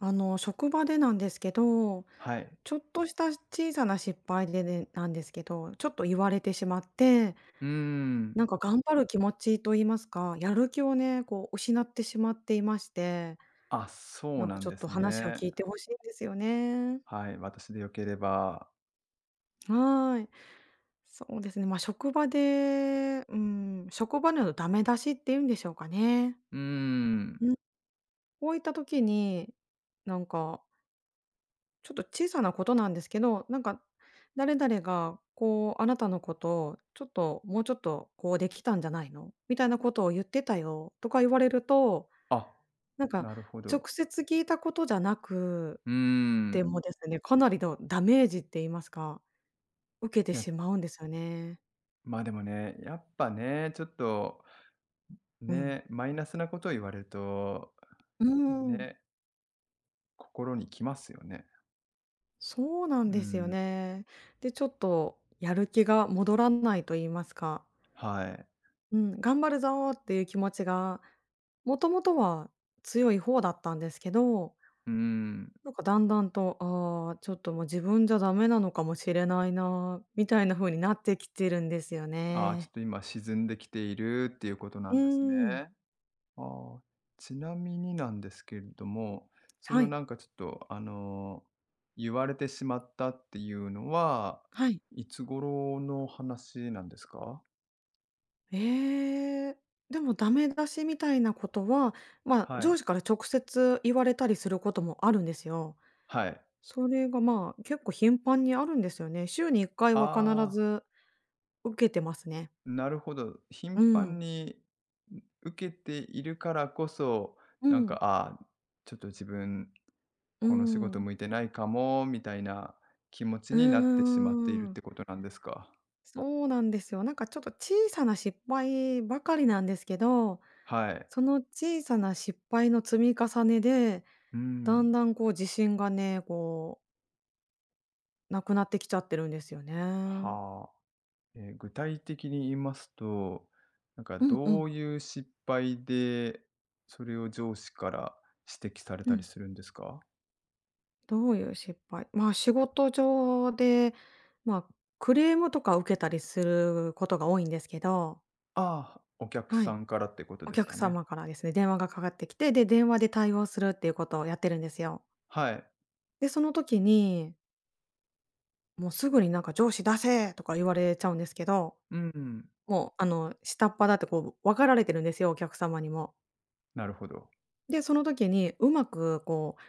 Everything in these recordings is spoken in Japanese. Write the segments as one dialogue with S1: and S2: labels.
S1: あの、職場でなんですけど、
S2: はい。
S1: ちょっとした小さな失敗でね、なんですけど、ちょっと言われてしまって、
S2: うーん。
S1: なんか頑張る気持ちと言いますか、やる気をね、こう失ってしまっていまして、
S2: あ、そ
S1: な
S2: う
S1: ん
S2: な
S1: か
S2: ん
S1: ちょ
S2: で
S1: っと
S2: す
S1: 話を
S2: ね。
S1: 聞いてほしいんですよね。
S2: はい、私でよければ。
S1: はい。そうですね。まあ、職場で、うん、職場でのダメ出しっていうんでしょうかね。
S2: うー
S1: う
S2: ん。
S1: ん、こういった時に、なんかちょっと小さなことなんですけど、なんか誰々がこう、あなたのことをちょっと、もうちょっとこうできたんじゃないの？みたいなことを言ってたよとか言われると、
S2: あ、
S1: なんか
S2: なるほ
S1: 直
S2: ど。
S1: 接聞いたことじゃなく
S2: うー
S1: て
S2: ん。
S1: もですね、かなりのダメージって言いますか、受けて
S2: いや、
S1: しまうんですよね。
S2: まあ、でもね、やっぱね、ちょっと、
S1: うん。
S2: ね、マイナスなことを言われると、
S1: うーん、
S2: ね、心にきますよね。
S1: そうなん
S2: う
S1: ですよ
S2: ん、
S1: ね。で、ちょっとやる気が戻らないと言いますか、
S2: はい。
S1: うん、頑張るぞっていう気持ちがもともとは強い方だったんですけど、
S2: うーん。
S1: なんかだんだんと、ああ、ちょっともう自分じゃダメなのかもしれないな、みたいな風になってきてるんですよ
S2: あ、ちょっ
S1: ね。
S2: と今沈んできているっていうことな
S1: う
S2: んです
S1: ーん。
S2: ね。ああ、ちなみになんですけれども、そ
S1: は
S2: の
S1: い。
S2: なんかちょっと、言われてしまったっていうのは、
S1: はい。
S2: いつ頃の話なんですか？
S1: ええ。でもダメ出しみたいなことは、まあ、
S2: はい。
S1: 上司から直接言われたりすることもあるんですよ。
S2: はい。
S1: それが、まあ、結構頻繁にあるんですよね。週に1回は必
S2: ああ、
S1: ず受けてますね。
S2: なるほど。頻
S1: う
S2: 繁
S1: ん。
S2: に、ん、受けているからこそ、
S1: う
S2: なんか、
S1: ん。
S2: ああ、ちょっと自分、
S1: う
S2: この仕事
S1: ん。
S2: 向いてないかもみたいな気持ち
S1: う
S2: になって
S1: ー
S2: しまっているっ
S1: ん。
S2: てことなんですか？
S1: そうなんですよ。なんかちょっと小さな失敗ばかりなんですけど、
S2: はい。
S1: その小さな失敗の積み重ねで、
S2: う
S1: だ
S2: ん。
S1: んだんこう自信がね、こう、なくなってきちゃってるんですよね。
S2: はあ。具体的に言いますと、なんか
S1: うんう
S2: ど
S1: ん。
S2: ういう失敗で、それを上司から指摘され
S1: う
S2: たり
S1: ん。
S2: するんですか。
S1: どういう失敗まあ仕事上で、まあクレームとか受けたりすることが多いんですけど、
S2: ああ、お客
S1: は
S2: さ
S1: い。
S2: んからってこと
S1: お
S2: です
S1: 客
S2: かね。
S1: 様からですね、電話がかかってきて、で、電話で対応するっていうことをやってるんですよ。
S2: はい。
S1: で、その時に、もうすぐになんか「上司出せ！」とか言われちゃうんですけど、
S2: うん。
S1: もうあの、下っ端だってこう分かられてるんですよ、お客様にも。
S2: なるほど。
S1: で、その時にうまくこう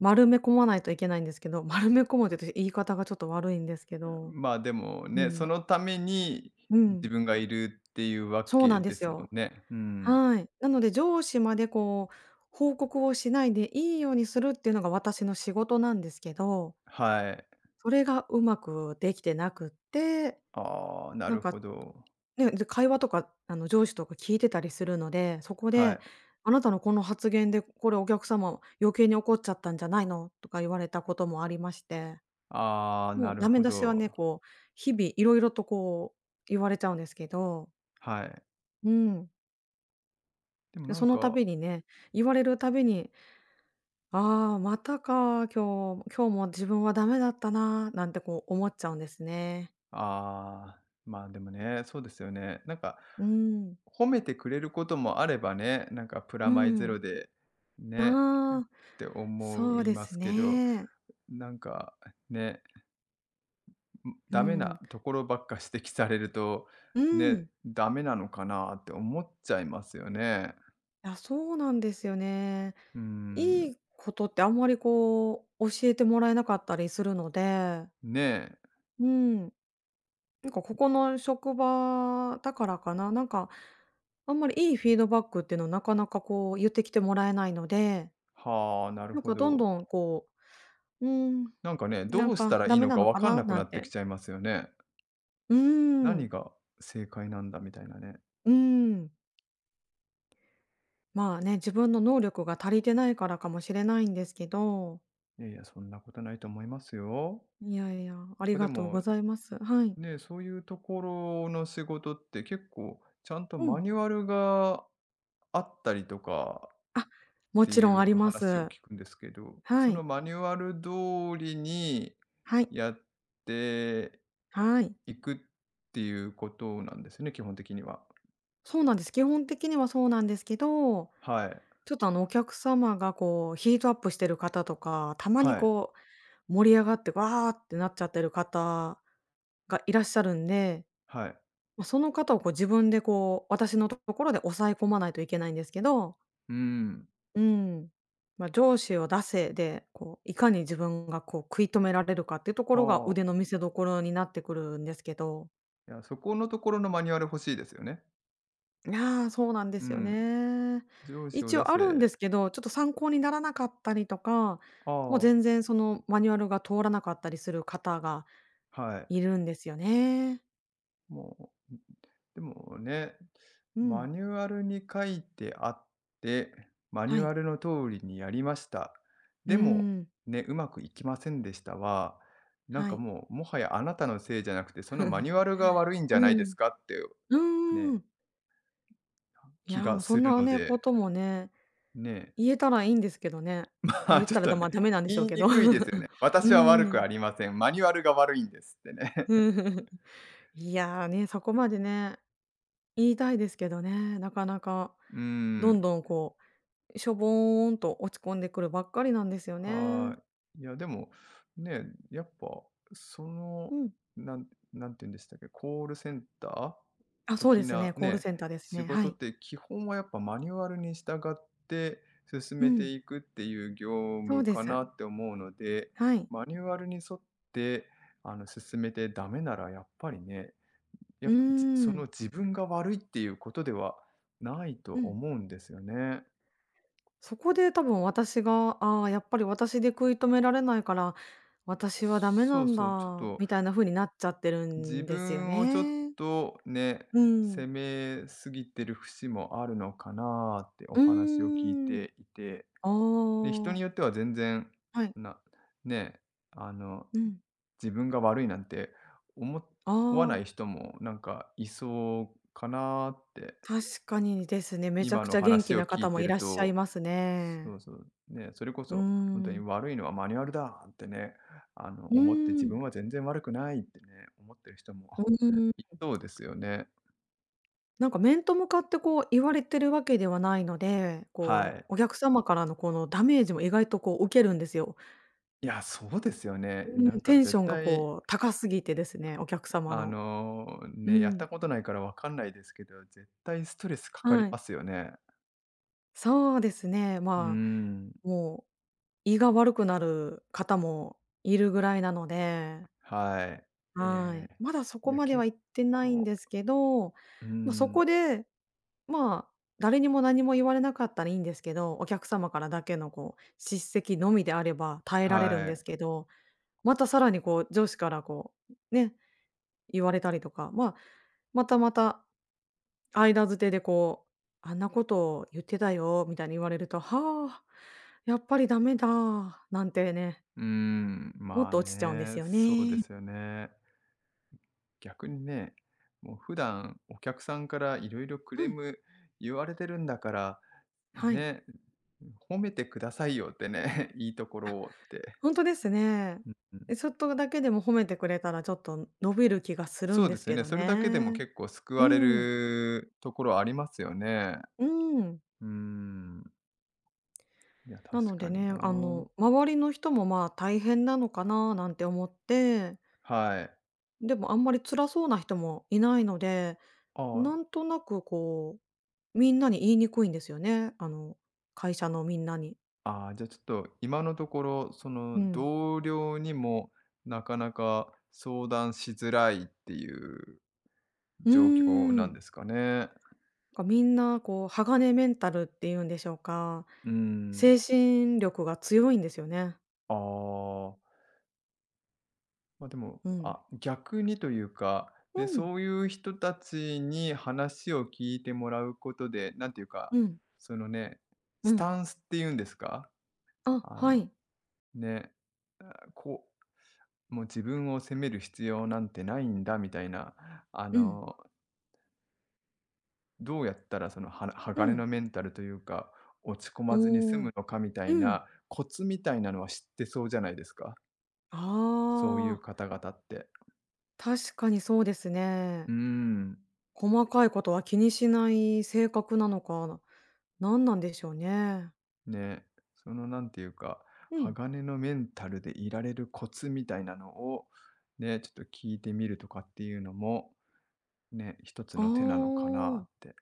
S1: 丸め込まないといけないんですけど、丸め込むって私言い方がちょっと悪いんですけど、
S2: まあでも
S1: う
S2: ね、そ
S1: ん。
S2: のために
S1: う
S2: 自
S1: ん。
S2: 分がいるっていうわ
S1: そう
S2: け
S1: なんで
S2: で
S1: す
S2: すもん
S1: よ。
S2: ね。うん。
S1: はい。なので上司までこう報告をしないでいいようにするっていうのが私の仕事なんですけど、
S2: はい。
S1: それがうまくできてなくって
S2: ああ、な
S1: なん
S2: るほ
S1: か、
S2: ど。
S1: ね、で、会話とか、あの、上司とか聞いてたりするので、そこ
S2: は
S1: で
S2: い。
S1: 「あなたのこの発言で、これお客様余計に怒っちゃったんじゃないの？」とか言われたこともありまして、
S2: ああ、
S1: も
S2: な
S1: う
S2: る
S1: ダメ
S2: ほ
S1: 出しはね、
S2: ど。
S1: こう、日々いろいろとこう言われちゃうんですけど、
S2: はい。
S1: うん。
S2: でも
S1: で、
S2: なん
S1: その
S2: か、
S1: 度にね、言われるたびに「ああー、またか、今日も自分はダメだったな」なんてこう思っちゃうんですね。
S2: ああ、まあ、でもね、そうですよね。なんか、
S1: うん。
S2: 褒めてくれることもあればね、なんかプ
S1: う
S2: ラマイゼ
S1: ん。
S2: ロで、ね、っ
S1: ああー、
S2: て思
S1: そう
S2: い
S1: で
S2: ま
S1: す
S2: すけど、
S1: ね。
S2: なんかね、ん
S1: う
S2: ダメな
S1: ん、
S2: ところばっか指摘されると、
S1: う
S2: ね、
S1: ん。
S2: ダメなのかなって思っちゃいますよね。
S1: いや、そうなんですよね。
S2: うー
S1: い
S2: ん、
S1: いことってあんまりこう、教えてもらえなかったりするので、
S2: ねえ、
S1: うん。なんかここの職場だからかな、なんか、あんまりいいフィードバックっていうのはなかなかこう言ってきてもらえないので、
S2: はあ、なる
S1: なん
S2: ほ
S1: かどんど
S2: ど。
S1: んこう、うーん、
S2: なんかね、
S1: な
S2: ど
S1: ん
S2: うした
S1: か
S2: ら
S1: ダ
S2: いい
S1: メ
S2: の
S1: な
S2: か
S1: の
S2: わ
S1: か
S2: かん
S1: な
S2: なく
S1: な
S2: な
S1: ん
S2: ってき
S1: て。
S2: ちゃいますよね。
S1: うー
S2: 何
S1: ん、
S2: が正解なんだみたいなね。
S1: うーん。まあね、自分の能力が足りてないからかもしれないんですけど
S2: いやいや、そんなことないと思いますよ。
S1: いやいや、あ
S2: なん
S1: り
S2: かで
S1: がとう
S2: も、
S1: ございます。はい。
S2: ね、そういうところの仕事って結構ちゃんと
S1: う
S2: マ
S1: ん。
S2: ニュアルがあったりとかっ
S1: あ、も
S2: て
S1: ち
S2: い
S1: ろん
S2: う
S1: ありま
S2: 話を
S1: す。
S2: 聞くんですけど、
S1: は
S2: その
S1: い。
S2: マニュアル通りに
S1: はい。
S2: やって
S1: はい。
S2: いくっていうことなんですよね、基本的には。
S1: そうなんです。基本的にはそうなんですけど、
S2: はい。
S1: ちょっとあのお客様がこうヒートアップしてる方とか、たまに
S2: はい。
S1: こう盛り上がってわーってなっちゃってる方がいらっしゃるんで、
S2: はい。
S1: ま、その方をこう自分でこう、私のところで抑え込まないといけないんですけど
S2: うん。
S1: うん。まあ、上司を出せで、こういかに自分がこう食い止められるかっていうところが
S2: は
S1: 腕
S2: あ。
S1: の見せ所になってくるんですけど。
S2: いや、そこのところのマニュアル欲しいですよね。
S1: いや、そうなんで
S2: う
S1: すよ
S2: ん。
S1: ね。
S2: 上司を
S1: 一
S2: 出
S1: 応あるんで
S2: せ。
S1: すけど、ちょっと参考にならなかったりとか、
S2: あ
S1: もう全
S2: あ。
S1: 然そのマニュアルが通らなかったりする方が
S2: はい。
S1: いるんですよね。
S2: もう、でもね、
S1: う
S2: マ
S1: ん。
S2: ニュアルに書いてあって、マニ
S1: は
S2: ュ
S1: い。
S2: アルの通りにやりました。
S1: うー
S2: でも、
S1: ん。
S2: ね、うまくいきませんでしたは、なん
S1: は
S2: か
S1: い。
S2: もう、もはやあなたのせいじゃなくて、そのマニ ュアルが悪いんじゃ
S1: う
S2: ないです
S1: ん。
S2: かって
S1: うー
S2: ね、
S1: ん。い
S2: 気
S1: や、
S2: が
S1: もうそ
S2: す
S1: ん
S2: る
S1: な
S2: の
S1: ね、こ
S2: で、
S1: ともね
S2: ね、
S1: 言えたらいいんですけどね。あ、
S2: まあ、
S1: 言っ
S2: ちょ
S1: た
S2: っ
S1: ら、
S2: と
S1: まあ、ダ
S2: ね、
S1: メなんでしょ
S2: 言
S1: う
S2: い
S1: け
S2: に
S1: ど。
S2: くいですよ ね。
S1: う
S2: 私は悪
S1: ー
S2: く
S1: ん。
S2: ありま せん。マニュアルが悪いんですってね。
S1: うんいや、ね、そこまでね、言いたいですけどね、なかなか、
S2: うー
S1: どん
S2: ん。
S1: どんこう、しょぼーんと落ち込んでくるばっかりなんですよね。
S2: はい。いや、でも、ね、やっぱ、そ
S1: う
S2: の、
S1: ん。
S2: なん、なんて言うんでしたっけ、コールセンター
S1: あ、そう
S2: 的
S1: です
S2: な
S1: ね、コール
S2: ね、
S1: センターです
S2: 仕
S1: ね。は
S2: 事っ
S1: い。
S2: て基本はやっぱマニュアルに従って進
S1: う
S2: め
S1: ん、
S2: ていくっていう業
S1: そう
S2: 務
S1: で
S2: か
S1: す。
S2: なって思うので、
S1: はい。
S2: マニュアルに沿って、進めてダメならやっぱりね、や
S1: う
S2: っ
S1: ー
S2: ぱ、じその
S1: ん。
S2: 自分が悪いっていうことではないと
S1: うん。
S2: 思うんですよね。
S1: そこで多分私が、ああ、やっぱり私で食い止められないから、私はダメ
S2: そ
S1: な
S2: う
S1: ん
S2: そう、ちょっ
S1: だ、
S2: と
S1: みたいな風になっちゃってる
S2: 自
S1: んですよ
S2: 分をちょっ
S1: ね。
S2: とね、
S1: うん。
S2: 責めすぎてる節もあるのかなってお
S1: う
S2: 話を聞い
S1: ーん。
S2: ていて、
S1: あ
S2: で、人に
S1: あ。
S2: よっては全然、
S1: はい。
S2: なね、あの、
S1: うん。
S2: 自分が悪いなんて思
S1: あ
S2: わな
S1: あ、
S2: い人もなんかいそうかなって
S1: 確かにですね。めちゃ
S2: 今
S1: く
S2: の
S1: ちゃ元
S2: 話
S1: 気
S2: を
S1: な
S2: 聞
S1: 方
S2: い
S1: も
S2: て
S1: い
S2: る
S1: らっしゃい
S2: と、
S1: ます
S2: そ
S1: ね。
S2: うそう、ね、それこ
S1: うー
S2: そ本当に
S1: ん。
S2: 悪いのはマニュアルだってね、
S1: う
S2: 思って
S1: ー
S2: 自
S1: ん。
S2: 分は全然悪くないってね、思ってる人
S1: う
S2: も
S1: ー
S2: い
S1: ん。
S2: そうですよね。
S1: なんか面と向かってこう言われてるわけではないので、
S2: は
S1: こ
S2: い。
S1: う、お客様からのこのダメージも意外とこう受けるんですよ。
S2: いや、そうですよね。
S1: うん、
S2: なんか
S1: テンショ
S2: 絶
S1: ンが
S2: 対、
S1: こう高すぎてですね、お客様の。う
S2: ね、やっ
S1: ん。
S2: たことないからわかんないですけど、絶対ストレスかかり
S1: はい。
S2: ますよね。
S1: そうですね、
S2: うー
S1: ま
S2: ん、
S1: あ、もう胃が悪くなる方もいるぐらいなので、
S2: はい。
S1: は
S2: え
S1: い。
S2: え、
S1: まだそ
S2: い
S1: こ
S2: や、
S1: までは
S2: 結
S1: 行ってないん
S2: 構、
S1: ですけど、
S2: うー
S1: まあ、そ
S2: ん、
S1: こで、まあ、誰にも何も言われなかったらいいんですけど、お客様からだけのこう叱責のみであれば耐えられるん
S2: は
S1: です
S2: い。
S1: けど、またさらにこう上司からこう、ね、言われたりとか、まあ、またまた間づてでこう、あんなことを言ってたよみたいに言われると、はあ、やっぱりダメだ、なんてね、
S2: うーん、
S1: もっ
S2: まあ
S1: と落ちちゃうんで
S2: ね、
S1: すよ
S2: そうで
S1: ね。
S2: すよね。逆にね、もう普段お客さんからいろいろク
S1: う
S2: レー
S1: ん、
S2: ム言われてるんだから、
S1: はい。
S2: ね、褒めてくださいよってね、いいとこ
S1: あ、
S2: ろをって。
S1: 本当ですね。
S2: うんうん、
S1: え、ちょっとだけでも褒めてくれたら、ちょっと伸びる気がする
S2: そ
S1: ん
S2: うで
S1: です
S2: すよ
S1: け
S2: ね、
S1: ど
S2: それだけでも
S1: ね。
S2: 結構救
S1: う
S2: われ
S1: ん、
S2: るところありますよね。
S1: うん。
S2: うーん、いや、
S1: な
S2: 確
S1: の
S2: か
S1: で
S2: にな。
S1: ね、あの、周りの人も、まあ、大変なのかななんて思って
S2: はい。
S1: でもあんまり辛そうな人もいないので、
S2: あ
S1: な
S2: あ、
S1: んとなくこう、みんなに言いにくいんですよね。あの、会社のみんなに。
S2: ああ、じゃあちょっと今のところ、そ
S1: う
S2: の
S1: ん。
S2: 同僚にもなかなか相談しづらいっていう
S1: う
S2: 状況
S1: ー
S2: なん
S1: ん。
S2: ですかね。
S1: なんかみんなこう、鋼メンタルっていうんでしょうか。
S2: うーん。
S1: 精神力が強いんですよね。
S2: ああ、ま、でも、
S1: うん。
S2: あ、逆にというか、
S1: う
S2: ね、
S1: ん。
S2: そういう人たちに話を聞いてもらうことで、なんていうか、
S1: うん。
S2: そのね、
S1: う
S2: ス
S1: ん。
S2: タンスっていうんですか？
S1: あ、
S2: あ
S1: は
S2: の、
S1: い。
S2: ね、あ、こう、もう自分を責める必要なんてないんだみたいな、あ
S1: うん。
S2: のどうやったらそのは
S1: う
S2: 鋼
S1: ん。
S2: のメンタルというか、落ち込まずに済
S1: おお。
S2: むのかみた
S1: う
S2: い
S1: ん。
S2: なコツみたいなのは知ってそうじゃないですか。
S1: あ
S2: そういう
S1: あ、
S2: 方々って。
S1: 確かにそうです
S2: う
S1: ね。
S2: ーん。
S1: 細かいことは気にしない性格なのかなんなんでしょうね。
S2: ね。そのなんていうか、
S1: うん。
S2: 鋼のメンタルでいられるコツみたいなのを、ね、ちょっと聞いてみるとかっていうのも、ね、一つの手なの
S1: あ
S2: かな
S1: あ、
S2: って。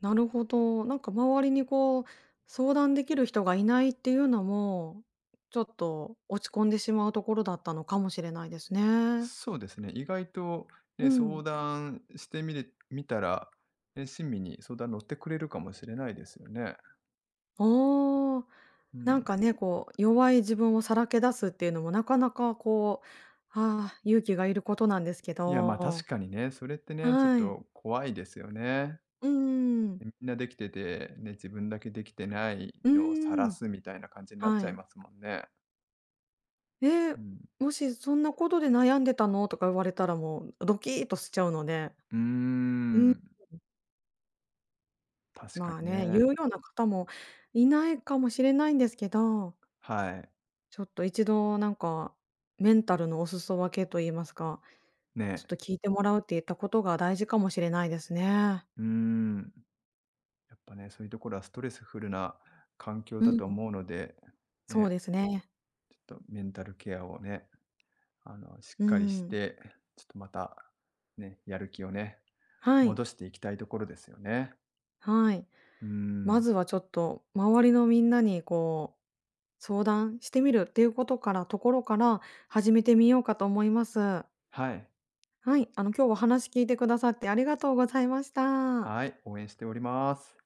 S1: なるほど。なんか周りにこう、相談できる人がいないっていうのも、ちょっと落ち込んでしまうところだったのかもしれないですね。
S2: そうですね。意外と、
S1: う
S2: ね、相
S1: ん。
S2: 談してみれみたら、ね、親身に相談乗ってくれるかもしれないですよね。
S1: ああ、
S2: う
S1: なん
S2: ん。
S1: かね、こう、弱い自分をさらけ出すっていうのもなかなかこう、ああ、勇気がいることなんですけ
S2: いや、ま、あ確
S1: ど。
S2: かにね、それってね、ちょっ
S1: はい。
S2: と怖いですよね。
S1: うん。
S2: みんなできてて、ね、自分だけできてない
S1: う
S2: のを晒
S1: ん。
S2: すみたいな感じになっち
S1: は
S2: ゃい
S1: い。
S2: ますもんね。
S1: ええ、
S2: うん。
S1: もし「そんなことで悩んでたの？」とか言われたらもうドキッとしちゃうので、
S2: うー
S1: うん。
S2: ん、確か
S1: まあ
S2: に
S1: ね、言
S2: ね。
S1: うような方もいないかもしれないんですけど、
S2: はい。
S1: ちょっと一度なんか、メンタルのお裾分けと言いますか、ちょっ
S2: ね。
S1: と聞いてもらうって言ったことが大事かもしれないですね。
S2: うーん。やっぱね、そういうところはストレスフルな環境
S1: う
S2: だ
S1: ん、
S2: と思うので、
S1: そう
S2: ね、
S1: ですね。
S2: ちょっとメンタルケアをね、しっ
S1: う
S2: かりし
S1: ん。
S2: て、ちょっとまた、ね、やる気をね、
S1: はい、
S2: 戻していきたいところですよね。
S1: はい。
S2: うー
S1: ま
S2: ん。
S1: ずはちょっと周りのみんなにこう、相談してみるっていうことからところから始めてみようかと思います。
S2: はい。
S1: はい、あの、今日はお話聞いてくださってありがとうございました。
S2: はい、応援しております。